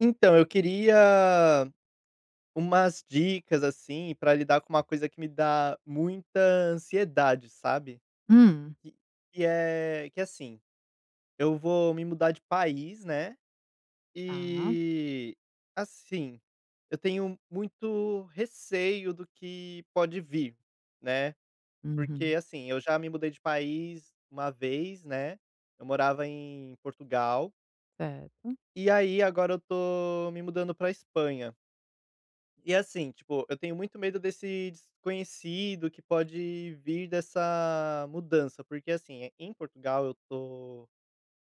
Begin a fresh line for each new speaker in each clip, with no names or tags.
Então, eu queria umas dicas, assim, pra lidar com uma coisa que me dá muita ansiedade, sabe.
Hum,
Que é assim, eu vou me mudar de país, né,
tá.
e, assim, eu tenho muito receio do que pode vir, né.
Uhum.
Porque, assim, eu já me mudei de país uma vez, né, eu morava em Portugal,
Certo,
e aí agora eu tô me mudando pra Espanha. E assim, tipo, eu tenho muito medo desse desconhecido que pode vir dessa mudança, porque assim, em Portugal eu tô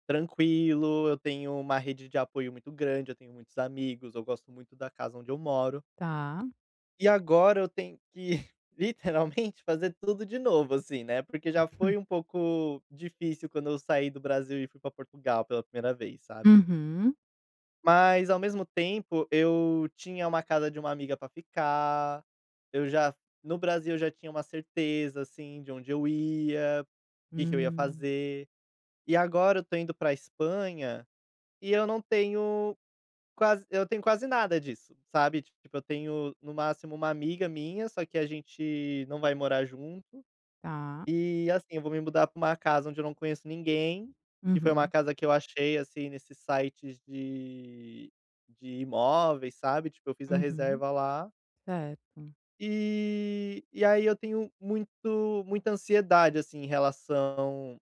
tranquilo, eu tenho uma rede de apoio muito grande, eu tenho muitos amigos, eu gosto muito da casa onde eu moro.
tá.
E agora eu tenho que literalmente fazer tudo de novo assim, né, porque já foi um pouco difícil quando eu saí do Brasil e fui pra Portugal pela primeira vez, sabe.
Uhum.
Mas ao mesmo tempo, eu tinha uma casa de uma amiga pra ficar, eu já no Brasil eu já tinha uma certeza, assim, de onde eu ia, o que que eu ia
Hum,
fazer. E agora eu tô indo pra Espanha, e eu tenho quase nada disso, sabe. Tipo, eu tenho no máximo uma amiga minha, só que a gente não vai morar junto.
tá.
E, assim, eu vou me mudar pra uma casa onde eu não conheço ninguém, e foi uma
Uhum,
casa que eu achei, assim, nesses sites de imóveis, sabe, tipo, eu fiz a
uhum.
reserva lá.
Certo.
E aí eu tenho muito muita ansiedade, assim, em relação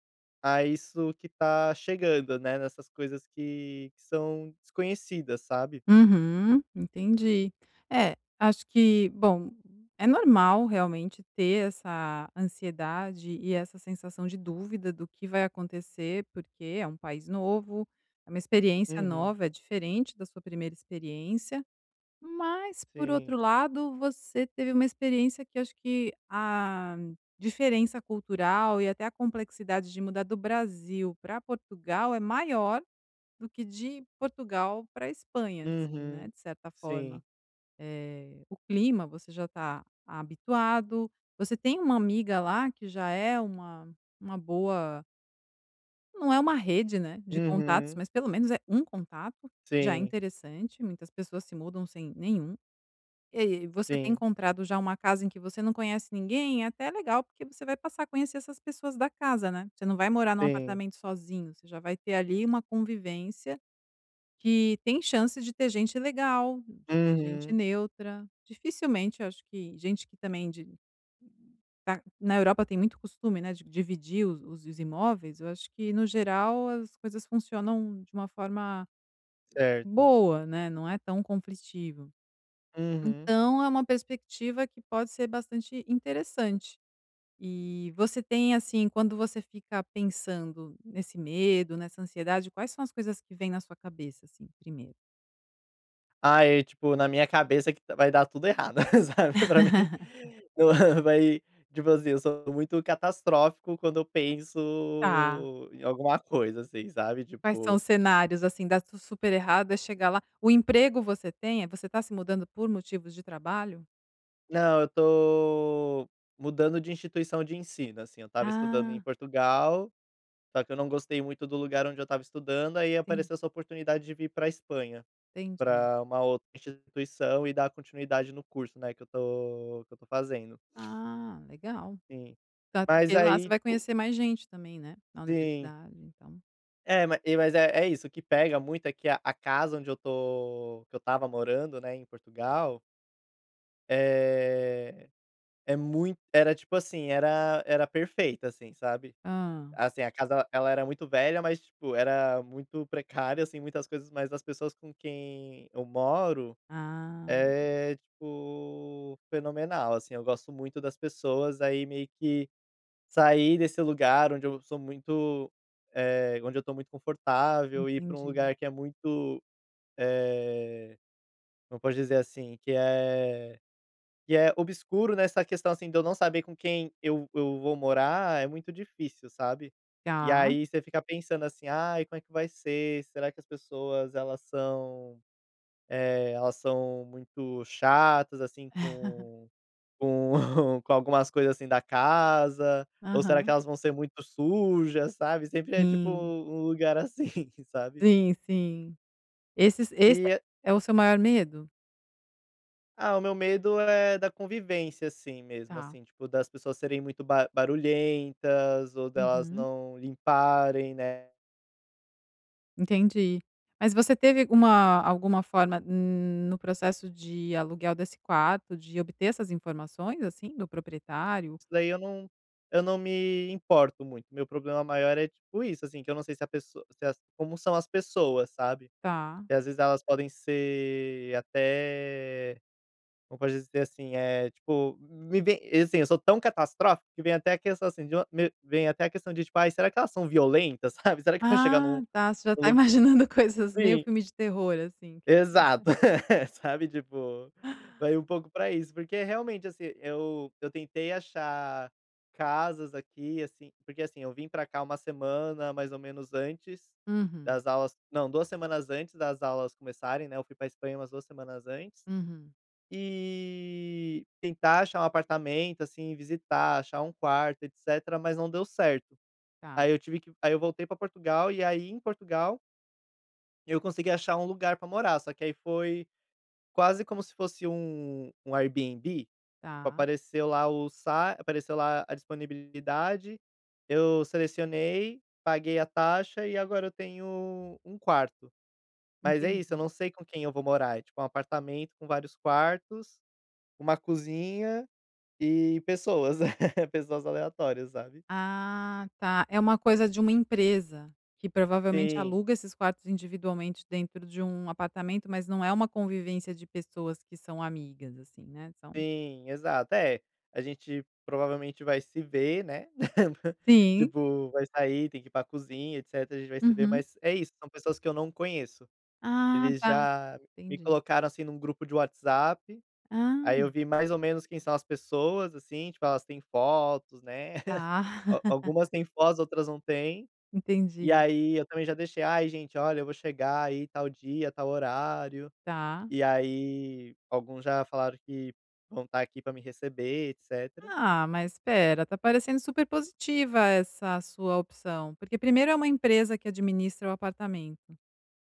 a isso que tá chegando, né, nessas coisas que são desconhecidas, sabe.
Uhum, entendi. É, acho que, bom, é normal realmente ter essa ansiedade e essa sensação de dúvida do que vai acontecer, porque é um país novo, é uma experiência
Uhum.
nova, é diferente da sua primeira experiência. Mas, por
Sim.
outro lado, você teve uma experiência que acho que a diferença cultural e até a complexidade de mudar do Brasil para Portugal é maior do que de Portugal para Espanha, assim, né,
Uhum.
de certa forma.
Sim.
Eh, o clima você já está habituado, você tem uma amiga lá que já é uma boa, não é uma rede, né, de contatos,
Uhum.
mas pelo menos é um contato, já é
Sim,
interessante, muitas pessoas se mudam sem nenhum. E aí, você tem
sim,
encontrado já uma casa em que você não conhece ninguém, é até legal, porque você vai passar a conhecer essas pessoas da casa, né. Você não vai morar num
sim.
apartamento sozinho, você já vai ter ali uma convivência que tem chance de ter gente legal, de ter gente
Uhum.
neutra. Dificilmente, eu acho que gente que também de tá na Europa tem muito costume, né, de dividir os imóveis, eu acho que no geral as coisas funcionam de uma forma
Certo.
boa, né, não é tão conflitivo.
Uhum.
Então é uma perspectiva que pode ser bastante interessante. E você tem, assim, quando você fica pensando nesse medo, nessa ansiedade, quais são as coisas que vêm na sua cabeça, assim, primeiro?
Ah, é, tipo, na minha cabeça que vai dar tudo errado, sabe, pra mim, eu- vai tipo assim, eu sou muito catastrófico quando eu penso
Tá.
em alguma coisa, assim, sabe,
Quais são
tipo:
os cenários, assim, dá tudo super errado, é chegar lá o emprego você tem? Eh, você está se mudando por motivos de trabalho?
"Não, eu tô mudando de instituição de ensino", assim, eu tava estudando em
Ah,
Portugal, só que eu não gostei muito do lugar onde eu tava estudando, aí
entendi,
apareceu essa oportunidade de vir pra Espanha,
entendi.
pra uma outra instituição e dar continuidade no curso, né, que eu tô fazendo.
Ah, legal.
Sim.
Tá,
Mas
porque lá você
aí,
vai
tipo.
conhecer mais gente também, né, na
Sim.
universidade, então.
É, ma e mas é isso, o que pega muito é que a casa onde eu tô que eu estava morando, né, em Portugal, é é muito era tipo assim, era perfeita, assim, sabe.
Ah,
Assim, a casa ela era muito velha, mas, tipo, era muito precária, assim, muitas coisas, mas as pessoas com quem eu moro
ah.
é, tipo, fenomenal, assim, eu gosto muito das pessoas, aí meio que sair desse lugar onde eu sou muito, onde eu tô muito confortável ir pra um
Entendi.
lugar que é muito, eh, como posso dizer assim, que é obscuro nessa questão, assim, de eu não saber com quem eu vou morar, é muito difícil, sabe. E
Tá.
aí você fica pensando assim: "Ai, como é que vai ser? Será que as pessoas elas são, elas são muito chatas, assim, com". Com com algumas coisas, assim, da casa, ou será que
Aham.
elas vão ser muito sujas, sabe? Sempre é tipo
Sim,
um lugar assim, sabe?
sim, sim. Esse
E,
é o seu maior medo?
ah, o meu medo é da convivência, assim, mesmo,
Tá.
assim, tipo, das pessoas serem muito ba barulhentas ou delas
Uhum,
não limparem, né?
entendi. Mas você teve uma alguma forma, no processo de aluguel desse quarto, de obter essas informações, assim, do proprietário?
Isso daí eu não me importo muito. Meu problema maior é tipo isso, assim, que eu não sei se a pessoa se as como são as pessoas, sabe?
Tá.
Que às vezes elas podem ser até. Como pode dizer assim, é tipo, me vem assim, eu sou tão catastrófico que vem até a questão, assim, de uma me vem até a questão de, tipo: "Ai, será que elas são violentas?", sabe, "Será que pra chegar
Ah,
num
tá, você já tá
lugar".
imaginando coisas meio
Sim,
filme de terror, assim.
exato. Sabe, tipo, vai um pouco pra isso, porque realmente, assim, eu tentei achar casas aqui, assim porque, assim, eu vim pra cá uma semana mais ou menos antes
Uhum,
das aulas não, 2 semanas antes das aulas começarem, né, eu fui pra Espanha umas 2 semanas antes.
uhum.
E tentar achar um apartamento, assim, visitar, achar um quarto, etcétera, mas não deu certo.
Tá,
Aí eu voltei pra Portugal, e aí em Portugal eu consegui achar um lugar pra morar, só que aí foi quase como se fosse um Airbnb, tipo,
tá.
apareceu lá a disponibilidade, eu selecionei, paguei a taxa e agora eu tenho um quarto. Mas é isso, eu não
Entendi.
sei com quem eu vou morar, é tipo um apartamento com vários quartos, uma cozinha e pessoas, pessoas aleatórias, sabe.
Ah, tá. É uma coisa de uma empresa que provavelmente
Sim,
aluga esses quartos individualmente dentro de um apartamento, mas não é uma convivência de pessoas que são amigas, assim, né, são.
sim, exato. É, a gente provavelmente vai se ver, né,
Sim,
tipo, vai sair, tem que ir pra cozinha, etcétera, a gente vai se ver,
uhum.
mas é isso, são pessoas que eu não conheço.
Ah,
Eles
tá,
já me
entendi.
colocaram, assim, num grupo de WhatsApp, aí
Ah,
eu vi mais ou menos quem são as pessoas, assim, tipo, elas têm fotos, né,
tá,
al algumas têm fotos, outras não têm, e
entendi,
aí eu também já deixei: "Ai gente, olha, eu vou chegar aí tal dia, tal horário".
tá.
E aí, alguns já falaram que vão estar aqui pra me receber, etcétera.
Ah, mas espera, tá parecendo super positiva essa sua opção, porque primeiro é uma empresa que administra o apartamento.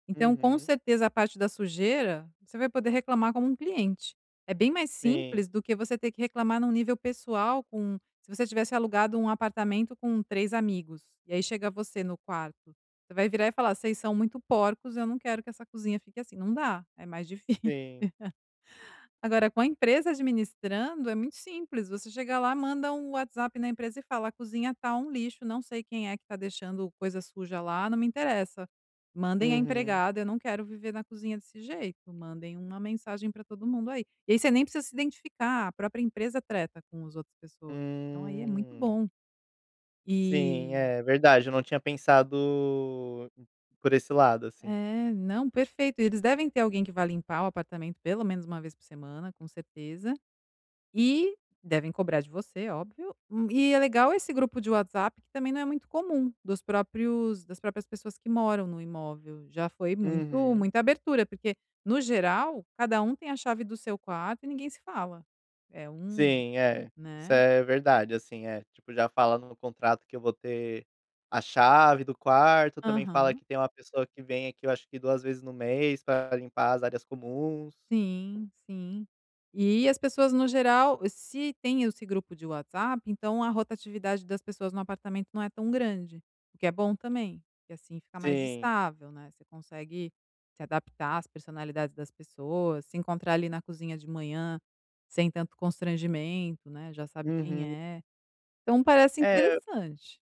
Então, com
Uhum.
certeza, a parte da sujeira, você vai poder reclamar como um cliente. É bem mais
Sim,
simples do que você ter que reclamar num nível pessoal com se você tivesse alugado um apartamento com 3 amigos, e aí chega você no quarto, você vai virar e falar: "Vocês são muito porcos, eu não quero que essa cozinha fique assim". Não dá, é mais difícil.
sim.
Agora com a empresa administrando é muito simples, você chega lá, manda um WhatsApp na empresa e fala: "A cozinha tá um lixo, não sei quem é que tá deixando coisa suja lá, não me interessa. Mandem a
Uhum.
empregada, eu não quero viver na cozinha desse jeito, mandem uma mensagem para todo mundo aí". E aí você nem precisa se identificar, a própria empresa treta com as outras pessoas. Então aí é muito
Hum.
bom.
Sim,
E
é verdade, eu não tinha pensado por esse lado, assim.
é, não, perfeito. Eles devem ter alguém que vá limpar o apartamento pelo menos uma vez por semana, com certeza. E devem cobrar de você, óbvio. E é legal esse grupo de WhatsApp, que também não é muito comum, dos próprios, das próprias pessoas que moram no imóvel. Já foi muito
Uhum.
muita abertura, porque, no geral, cada um tem a chave do seu quarto e ninguém se fala. É um,
Sim, é. Isso
né?
é verdade, assim, é. Tipo, já fala no contrato que eu vou ter a chave do quarto, também fala
Aham.
que tem uma pessoa que vem aqui, eu acho que 2 vezes no mês pra limpar as áreas comuns.
Sim, sim. E as pessoas no geral, se tem esse grupo de WhatsApp, então a rotatividade das pessoas no apartamento não é tão grande, o que é bom também, porque assim fica mais
Sim.
estável, né, você consegue se adaptar às personalidades das pessoas, se encontrar ali na cozinha de manhã, sem tanto constrangimento, né, já sabe quem
Uhum.
é. Então parece
É.
interessante.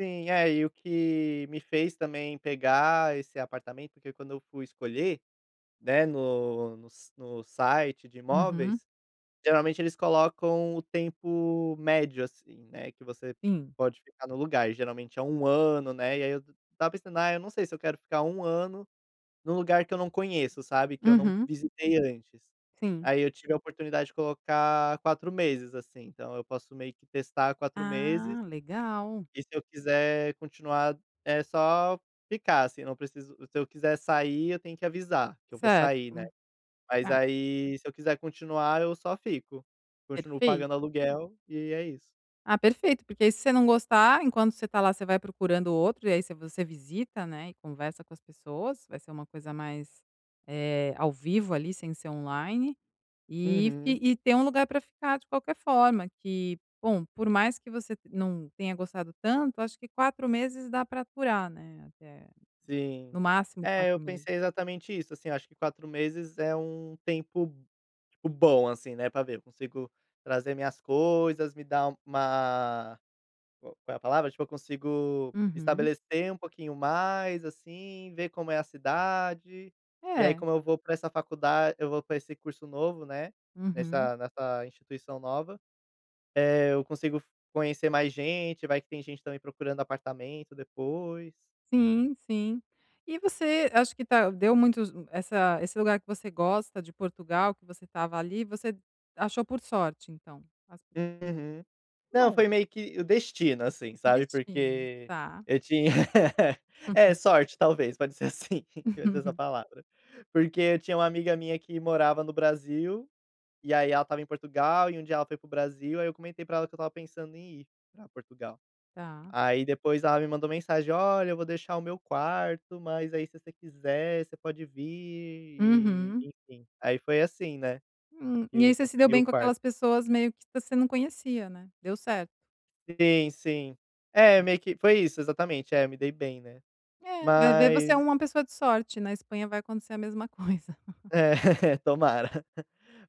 Sim, é, e o que me fez também pegar esse apartamento, porque quando eu fui escolher, né, no site de
Uhum,
imóveis, geralmente eles colocam o tempo médio, assim, né, que você
sim.
pode ficar no lugar, geralmente é um ano, né, e aí eu t estava pensando: "Ah, eu não sei se eu quero ficar um ano num lugar que eu não conheço, sabe, que eu não
Uhum,
visitei antes".
sim.
Aí eu tive a oportunidade de colocar 4 meses, assim, então eu posso meio que testar quatro meses
Ah, legal.
e se eu quiser continuar, é só ficar, assim, não preciso. Se eu quiser sair, eu tenho que avisar que eu vou
Certo.
sair, né. Mas
Ah,
aí, se eu quiser continuar, eu só fico. Continuo pagando
perfeito.
aluguel e é isso.
Ah, perfeito, porque aí se você não gostar, enquanto você tá lá, você vai procurando outro, e aí você visita, né, e conversa com as pessoas, vai ser uma coisa mais, eh, ao vivo ali, sem ser online, e fi
Uhum,
e ter um lugar para ficar de qualquer forma, que, bom, por mais que você não tenha gostado tanto, acho que 4 meses para aturar, né, até
sim.
no máximo
É,
quatro
eu
meses.
pensei exatamente isso, assim, acho que 4 meses é um tempo, tipo, bom, assim, né, pra ver, eu consigo trazer minhas coisas, me dar uma. Qual é a palavra? Tipo, eu consigo
Uhum.
estabelecer um pouquinho mais, assim, ver como é a cidade, e aí
É.
como eu vou para essa faculdade eu vou para esse curso novo, né,
Uhum.
nessa instituição nova, eu consigo conhecer mais gente, vai que tem gente também procurando apartamento depois.
Sim, sim. E você, acho que tá, deu muitos, essa esse lugar que você gosta de Portugal, que você estava ali, você achou por sorte, então? As,
Uhum. Não,
bom,
foi meio que o destino, assim, sabe,
destino.
porque
Tá.
eu tinha é,
Uhum.
sorte talvez, pode ser assim, pode ser essa palavra. Porque eu tinha uma amiga minha que morava no Brasil. E aí ela estava em Portugal e um dia ela foi pro Brasil, aí eu comentei pra ela que eu estava pensando em ir pra Portugal.
Tá.
Aí depois ela me mandou mensagem: "Olha, eu vou deixar o meu quarto, mas aí se você quiser, você pode vir", e
Uhum.
enfim. Aí foi assim, né, que
E aí
eu
você se deu
consegui o
bem com
quarto.
aquelas pessoas meio que você não conhecia, né. Deu certo.
Sim, sim. É, meio que foi isso, exatamente. É, me dei bem, né.
É, vai ver, você é
Mas
uma pessoa de sorte, na Espanha vai acontecer a mesma coisa.
é, tomara.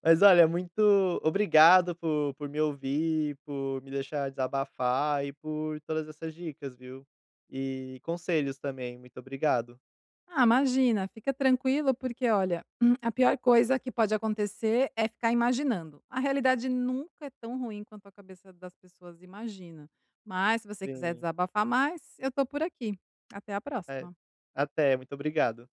Mas olha, muito obrigado por me ouvir, por me deixar desabafar e por todas essas dicas, viu. E conselhos também, muito obrigado.
Ah, imagina, fica tranquilo, porque olha, a pior coisa que pode acontecer é ficar imaginando. A realidade nunca é tão ruim quanto a cabeça das pessoas imagina. Mas se você quiser
Sim.
desabafar mais, eu tô por aqui. Até a
É.
próxima.
Até, muito obrigado.